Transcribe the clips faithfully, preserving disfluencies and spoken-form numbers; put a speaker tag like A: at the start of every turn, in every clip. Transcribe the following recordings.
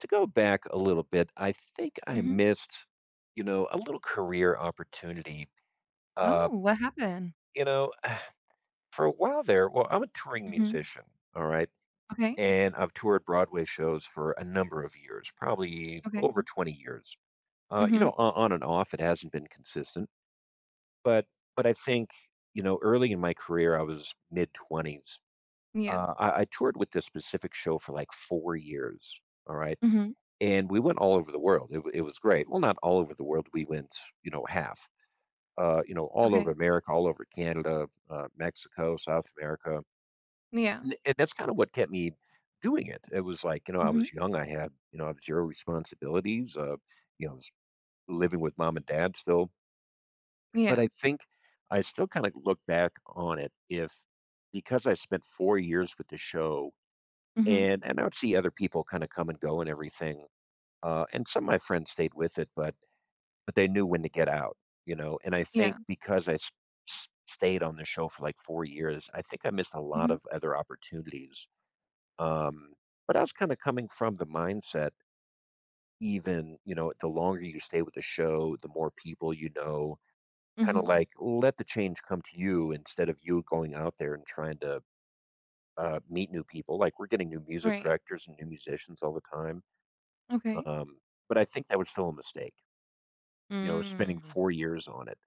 A: To go back a little bit, I think I
B: Mhm.
A: missed, you know, a little career opportunity.
B: Oh,
A: Uh,
B: what happened?
A: you know, for a while there, well, I'm a touring
B: Mhm.
A: musician, all right?
B: Okay.
A: And I've toured Broadway shows for a number of years, probably
B: Okay.
A: over twenty years. Uh, you
B: Mhm.
A: know, on, on and off, it hasn't been consistent, but but I think, you know, early in my career, I was mid twenties.
B: Yeah.
A: Uh, I, I toured with this specific show for like four years, all right?
B: Mhm.
A: And we went all over the world. It, it was great. Well, not all over the world. We went, you know, half. Uh, you know, all over
B: Okay.
A: America, all over Canada, uh, Mexico, South America,
B: Yeah.
A: and, and that's kind of what kept me doing it. It was like, you know, I
B: Mhm.
A: was young. I had, you know, I had zero responsibilities. Uh, you know, I was living with mom and dad still, but I
B: Yeah.
A: think I still kind of look back on it if because I spent four years with the show,
B: Mhm.
A: and and I would see other people kind of come and go and everything. Uh, and some of my friends stayed with it, but But they knew when to get out, you know. And I think
B: Yeah.
A: because I s s stayed on the show for, like, four years, I think I missed a lot
B: Mhm.
A: of other opportunities, um, but I was kinda coming from the mindset even, you know, the longer you stay with the show, the more people you know, kinda
B: Mhm.
A: like, let the change come to you instead of you going out there and trying to, uh, meet new people, like, we're getting new music
B: Right.
A: directors and new musicians all the time,
B: Okay.
A: um, but I think that was still a mistake, you know, spending
B: Mm.
A: four years on it,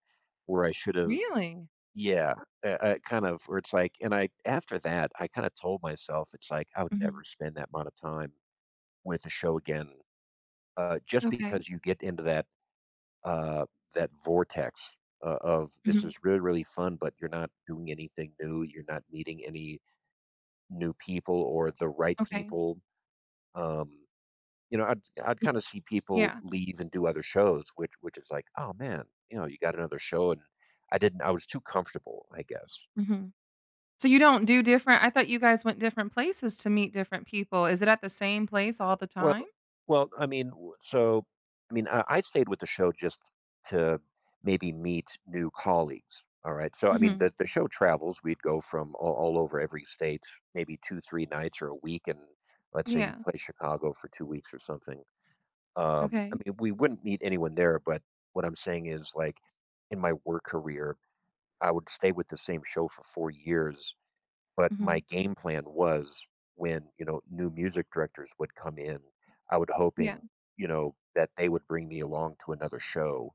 A: where I should've
B: Really?
A: Yeah, uh, uh, kind of where it's like and I after that, I kinda told myself, it's like, I would
B: Mhm.
A: never spend that amount of time with a show again, uh, just
B: Okay.
A: because you get into that, uh, that vortex o of this
B: Mhm.
A: is really, really fun, but you're not doing anything new, you're not meeting any new people or the right
B: Okay.
A: people, um, you know, I'd I'd
B: Y
A: kinda see people
B: Yeah.
A: leave and do other shows, which which is like, "Oh, man," you know, "you got another show," and I didn't I was too comfortable, I guess.
B: Mhm. So you don't do different I thought you guys went different places to meet different people. Is it at the same place all the time?
A: Well well, I mean, w so, I mean, I I stayed with the show just to maybe meet new colleagues, all right? So, I mean,
B: Mhm.
A: the the show travels, we'd go from all all over every state, maybe two, three nights or a week, and let's say you'd
B: Yeah.
A: play Chicago for two weeks or something. Um, I
B: Okay.
A: mean, we wouldn't meet anyone there, but what I'm saying is, like, in my work career, I would stay with the same show for four years, but my
B: Mhm.
A: game plan was when, you know, new music directors would come in, I would
B: Yeah.
A: hoping, you know, that they would bring me along to another show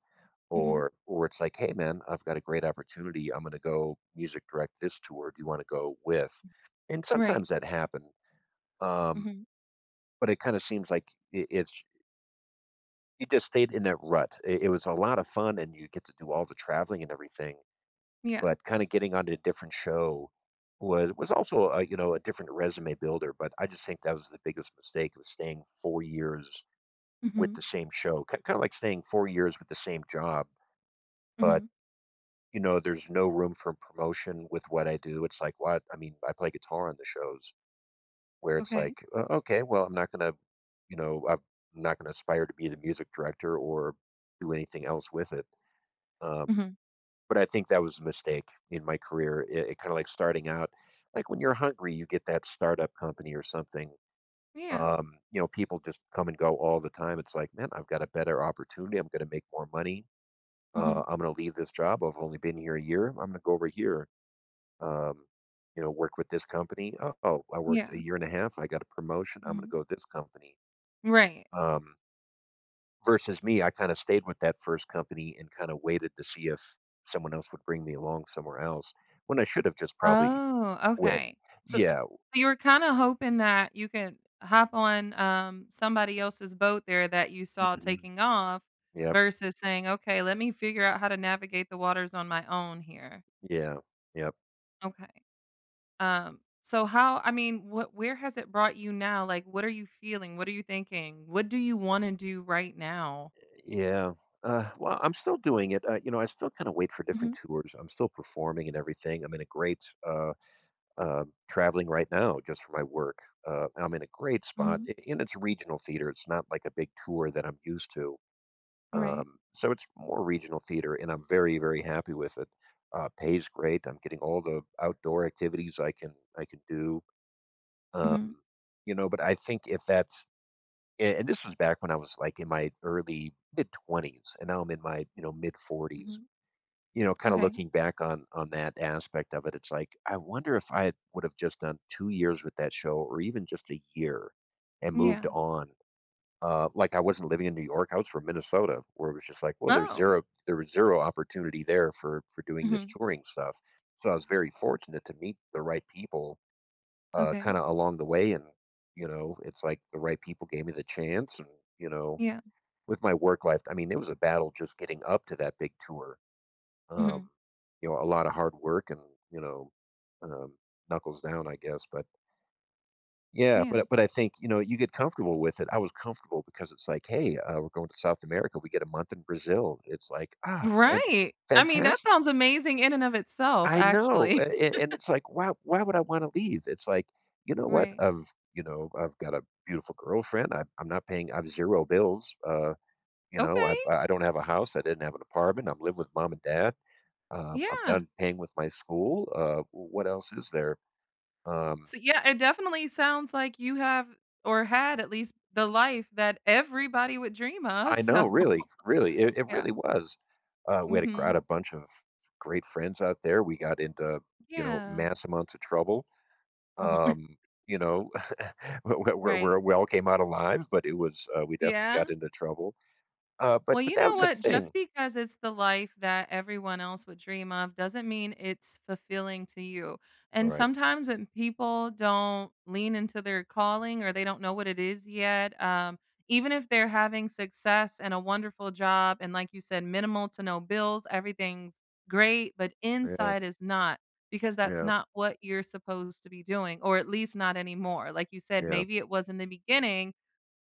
B: Mhm.
A: or or it's like, "Hey, man, I've got a great opportunity. I'm gonna go music direct this tour. Do you wanna go with?" And
B: Right.
A: sometimes that happened, um,
B: Mhm.
A: but it kinda seems like I it's you just stayed in that rut. It it was a lot of fun, and you get to do all the traveling and everything,
B: Yeah.
A: but kinda getting onto a different show was was also a, you know, a different resume builder. But I just think that was the biggest mistake was staying four years with
B: Mhm.
A: the same show, kinda like staying four years with the same job. But,
B: Mhm.
A: you know, there's no room for promotion with what I do. It's like, what? I mean, I play guitar on the shows where it's
B: Okay.
A: like, "O okay, well, I'm not gonna, you know, I've- I'm not gonna aspire to be the music director or do anything else with it." Um
B: Mhm.
A: But I think that was a mistake in my career. It, it kind of like starting out, like when you're hungry, you get that startup company or something.
B: Yeah.
A: Um, you know, people just come and go all the time. It's like, man, I've got a better opportunity. I'm going to make more money. Uh,
B: Mhm.
A: I'm going to leave this job. I've only been here a year. I'm going to go over here. Um, you know, work with this company. Oh, oh, I worked
B: Yeah.
A: a year and a half. I got a promotion. I'm going to
B: Mhm.
A: go with this company.
B: Right.
A: Um, Versus me, I kinda stayed with that first company and kinda waited to see if someone else would bring me along somewhere else, when I should have just probably
B: Oh,
A: quit.
B: okay. So so
A: Yeah.
B: you were kinda hoping that you could hop on, um, somebody else's boat there that you saw
A: Mhm.
B: taking off
A: Yep.
B: versus saying, "Okay, let me figure out how to navigate the waters on my own here."
A: Yeah. Yep.
B: Okay. Um, so how I mean, what where has it brought you now? Like, what are you feeling? What are you thinking? What do you wanna do right now?
A: Yeah. Uh, well, I'm still doing it. Uh, you know, I still kinda wait for different
B: Mhm.
A: tours. I'm still performing and everything. I'm in a great, uh, um traveling right now just for my work. Uh, I'm in a great spot,
B: Mhm.
A: a and it's regional theater. It's not like a big tour that I'm used to.
B: Right.
A: Um, so it's more regional theater, and I'm very, very happy with it. Uh, pays great. I'm getting all the outdoor activities I can I can do.
B: Mhm.
A: Um, you know, but I think if that's a- and this was back when I was like in my early mid twenties, and now I'm in my you know mid forties.
B: Mhm.
A: You know, kind of
B: Okay.
A: looking back on on that aspect of it, it's like I wonder if I would have just done two years with that show, or even just a year, and moved
B: Yeah.
A: on. Uh, like I wasn't living in New York, I was from Minnesota, where it was just like, well, there's
B: Oh.
A: zero, there was zero opportunity there for for doing this
B: Mm-hmm.
A: touring stuff. So I was very fortunate to meet the right people, uh, kind
B: Okay.
A: of along the way, and you know, it's like the right people gave me the chance, and you know,
B: Yeah.
A: with my work life, I mean, it was a battle just getting up to that big tour. Um,
B: Mhm.
A: you know, a lot of hard work and you know, um, knuckles down, I guess, but yeah,
B: Yeah.
A: but but I think, you know, you get comfortable with it. I was comfortable because it's like, "Hey, uh, we're going to South America. We get a month in Brazil." It's like, "Ah, fan
B: Right. I mean, that
A: fantastic."
B: sounds amazing in and of itself,
A: I know, a
B: actually.
A: a and it's like, "Why why would I wanna leave?" It's like, "You know what?
B: Right.
A: I've you know, I've got a beautiful girlfriend. I I'm not paying I've zero bills. Uh, you know, I
B: Okay.
A: I don't have a house. I didn't have an apartment. I'm living with mom and dad. Um, I'm
B: Yeah.
A: done paying with my school. Uh, what else is there?" Um
B: So, yeah, it definitely sounds like you have or had at least the life that everybody would dream of.
A: I
B: So,
A: know, really, really, it, it
B: yeah.
A: really was. Uh, we had a, gr- had
B: Mhm.
A: a bunch of great friends out there. We got into you know
B: Yeah.
A: mass amounts of trouble.
B: Mhm.
A: Um, you know, where, where,
B: Right.
A: where we all came out alive, but it was uh, we definitely got
B: Yeah.
A: into trouble. Uh, but
B: Well,
A: but
B: you
A: that
B: know
A: was a
B: what?
A: thing.
B: Just because it's the life that everyone else would dream of doesn't mean it's fulfilling to you.
A: All
B: And
A: right.
B: sometimes when people don't lean into their calling or they don't know what it is yet, um, even if they're having success and a wonderful job, and like you said, minimal to no bills, everything's great, but
A: Yeah.
B: inside is not because that's
A: Yeah.
B: not what you're supposed to be doing, or at least not anymore. Like you said,
A: Yeah.
B: maybe it was in the beginning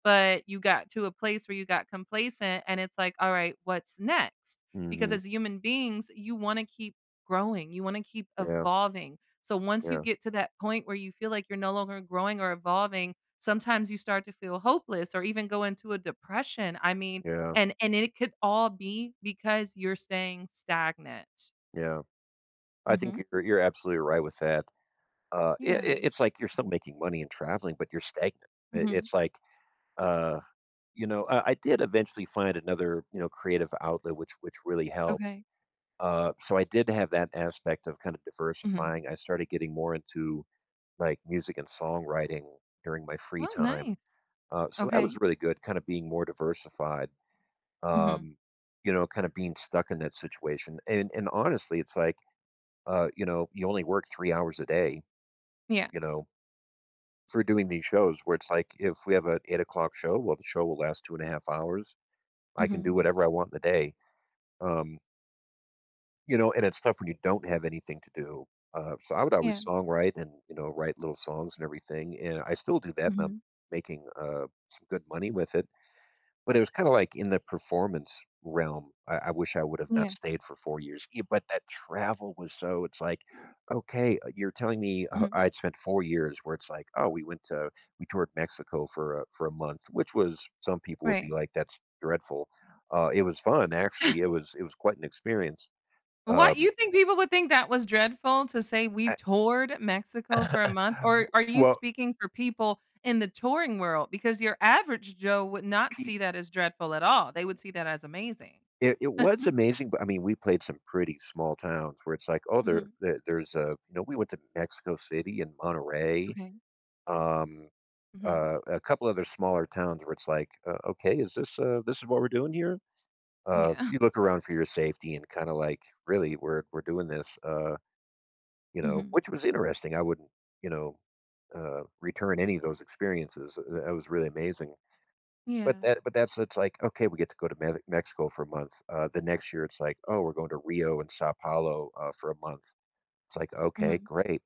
B: but you got to a place where you got complacent and it's like, "All right, what's next?" Because
A: Hmm.
B: as human beings, you wanna keep growing, you wanna keep
A: Yeah.
B: evolving. So once you
A: Yeah.
B: get to that point where you feel like you're no longer growing or evolving, sometimes you start to feel hopeless or even go into a depression. I mean,
A: Yeah.
B: and and it could all be because you're staying stagnant.
A: Yeah, I think
B: Mhm.
A: you're you're absolutely right with that. Uh, it,
B: Yeah.
A: it's like you're still making money and traveling, but you're stagnant. It,
B: Mhm.
A: it's like uh, you know, I I did eventually find another, you know, creative outlet which which really helped.
B: Okay.
A: Uh, so I did have that aspect of kind of
B: Mhm.
A: diversifying. I started getting more into like music and songwriting during my free
B: Oh,
A: time.
B: nice.
A: Uh, so that was
B: Okay.
A: really good, kind of being more diversified.
B: Mhm.
A: Um, you know, kind of being stuck in that situation. And and honestly, it's like, uh, you know, you only work three hours a day,
B: Yeah.
A: you know, for doing these shows where it's like if we have an eight o'clock show, well, the show will last two and a half hours. I can
B: Mhm.
A: do whatever I want in the day. Um, you know, and it's tough when you don't have anything to do. Uh, so I would
B: Yeah.
A: always songwrite and, you know, write little songs and everything. And I still do that and I'm
B: Mhm.
A: making uh, some good money with it. But it was kind of like in the performance realm. I, I wish I would have not
B: Yeah.
A: stayed for four years. Yeah, but that travel was so, it's like, okay, uh, you're telling me uh,
B: Mhm.
A: I'd spent four years where it's like, oh, we went to, we toured Mexico for a, for a month, which was, some people would be
B: Right.
A: like, that's dreadful. Uh, it was fun, actually. It was, it was quite an experience.
B: What
A: um,
B: you think people would think that was dreadful to say we
A: I
B: toured Mexico for a month, or are you
A: well,
B: speaking for people in the touring world? Because your average Joe would not
A: he
B: see that as dreadful at all. They would see that as amazing.
A: it it was amazing, but, I mean, we played some pretty small towns where it's like, "Oh, there
B: Mhm.
A: there there's a" you know, we went to Mexico City and Monterey,
B: Okay.
A: um,
B: Mhm.
A: uh, a couple other smaller towns where it's like, "Uh, okay, is this, uh this is what we're doing here?" Uh,
B: Yeah.
A: you look around for your safety and kinda like, "Really, we're we're doing this," uh, you know,
B: Mhm.
A: which was interesting. I wouldn't, you know, uh, return any of those experiences. That was really amazing. But
B: Yeah.
A: that but that's it's like, okay, we get to go to Mex Mexico for a month. Uh, the next year, it's like, oh, we're going to Rio and Sao Paulo uh, for a month. It's like, okay,
B: Mhm.
A: great.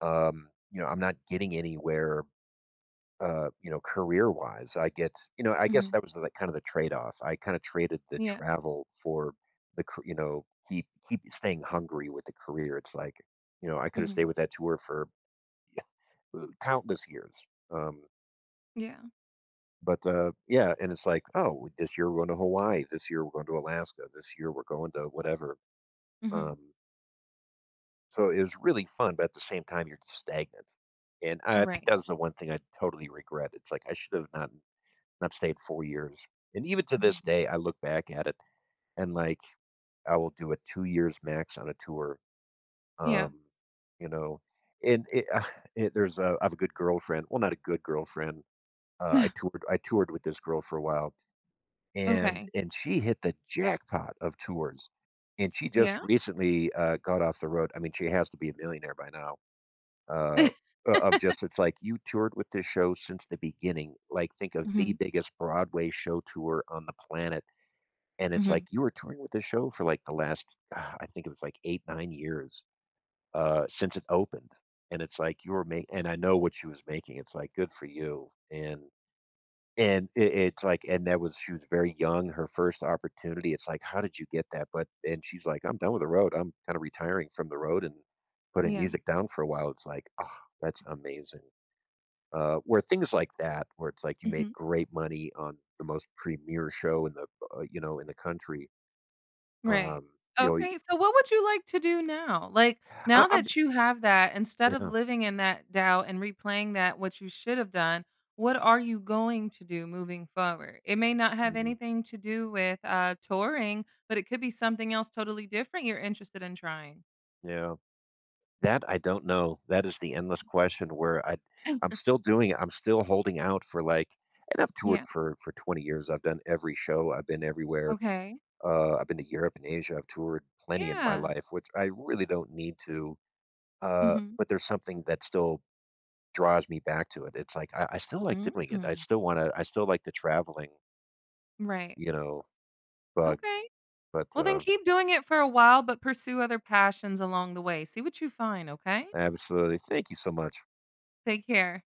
A: Um, you know, I'm not getting anywhere, uh, you know, career wise. I get, you know, I guess that
B: Mhm.
A: was the like, kind of the trade off. I kind of traded the
B: Yeah.
A: travel for the, car- you know, keep keep staying hungry with the career. It's like, you know, I could have stayed
B: Mhm.
A: with that tour for countless years. Um,
B: Yeah.
A: But, uh, yeah, and it's like, "Oh, this year we're going to Hawaii, this year we're going to Alaska, this year we're going to whatever."
B: Mhm.
A: Um, so it was really fun, but at the same time, you're just stagnant. And I I think
B: Right.
A: that was the one thing I totally regret. It's like, I should have not not stayed four years. And even to this
B: Mhm.
A: day, I look back at it and, like, I will do a two years max on a tour,
B: Yeah.
A: um, you know? And it it there's a I have a good girlfriend, well, not a good girlfriend, uh, I toured I toured with this girl for a while. And
B: Okay.
A: and she hit the jackpot of tours, and she just
B: Yeah.
A: recently, uh, got off the road. I mean, she has to be a millionaire by now, uh, o of just it's like, "You toured with this show since the beginning." Like, think of the
B: Mhm.
A: biggest Broadway show tour on the planet, and it's
B: Mhm.
A: like, "You were touring with this show for, like, the last" ah, I think it was, like, eight, nine years, uh, since it opened, and it's like, "You were making, and I know what she was making, it's like, "Good for you," and and it it's like, and that was she was very young, her first opportunity, it's like, "How did you get that?" But and she's like, "I'm done with the road, I'm kinda retiring from the road and putting
B: Yeah.
A: music down for a while." It's like, "Ah, that's amazing." Uh, where things like that, where it's like you made
B: Mhm.
A: great money on the most premier show in the, uh, you know, in the country,
B: Right.
A: um, you know,
B: Okay, so what would you like to do now? Like,
A: I
B: now
A: I'm
B: that you have that, instead of
A: yeah,
B: living in that doubt and replaying that what you should have done, what are you going to do moving forward? It may not have
A: mm,
B: anything to do with, uh, touring, but it could be something else totally different you're interested in trying.
A: yeah. That I don't know. That is the endless question where I I'm still doing it. I'm still holding out for like and I've toured
B: Yeah.
A: for for twenty years. I've done every show. I've been everywhere.
B: Okay.
A: Uh, I've been to Europe and Asia. I've toured plenty in my
B: Yeah.
A: life, which I really don't need to. Uh,
B: Mhm.
A: but there's something that still draws me back to it. It's like I, I still like doing it. I
B: Mm.
A: still want to. I still like the traveling,
B: Right.
A: you know, bug.
B: Okay.
A: But
B: Well, then
A: uh,
B: keep doing it for a while, but pursue other passions along the way. See what you find, okay?
A: absolutely, thank you so much.
B: Take care.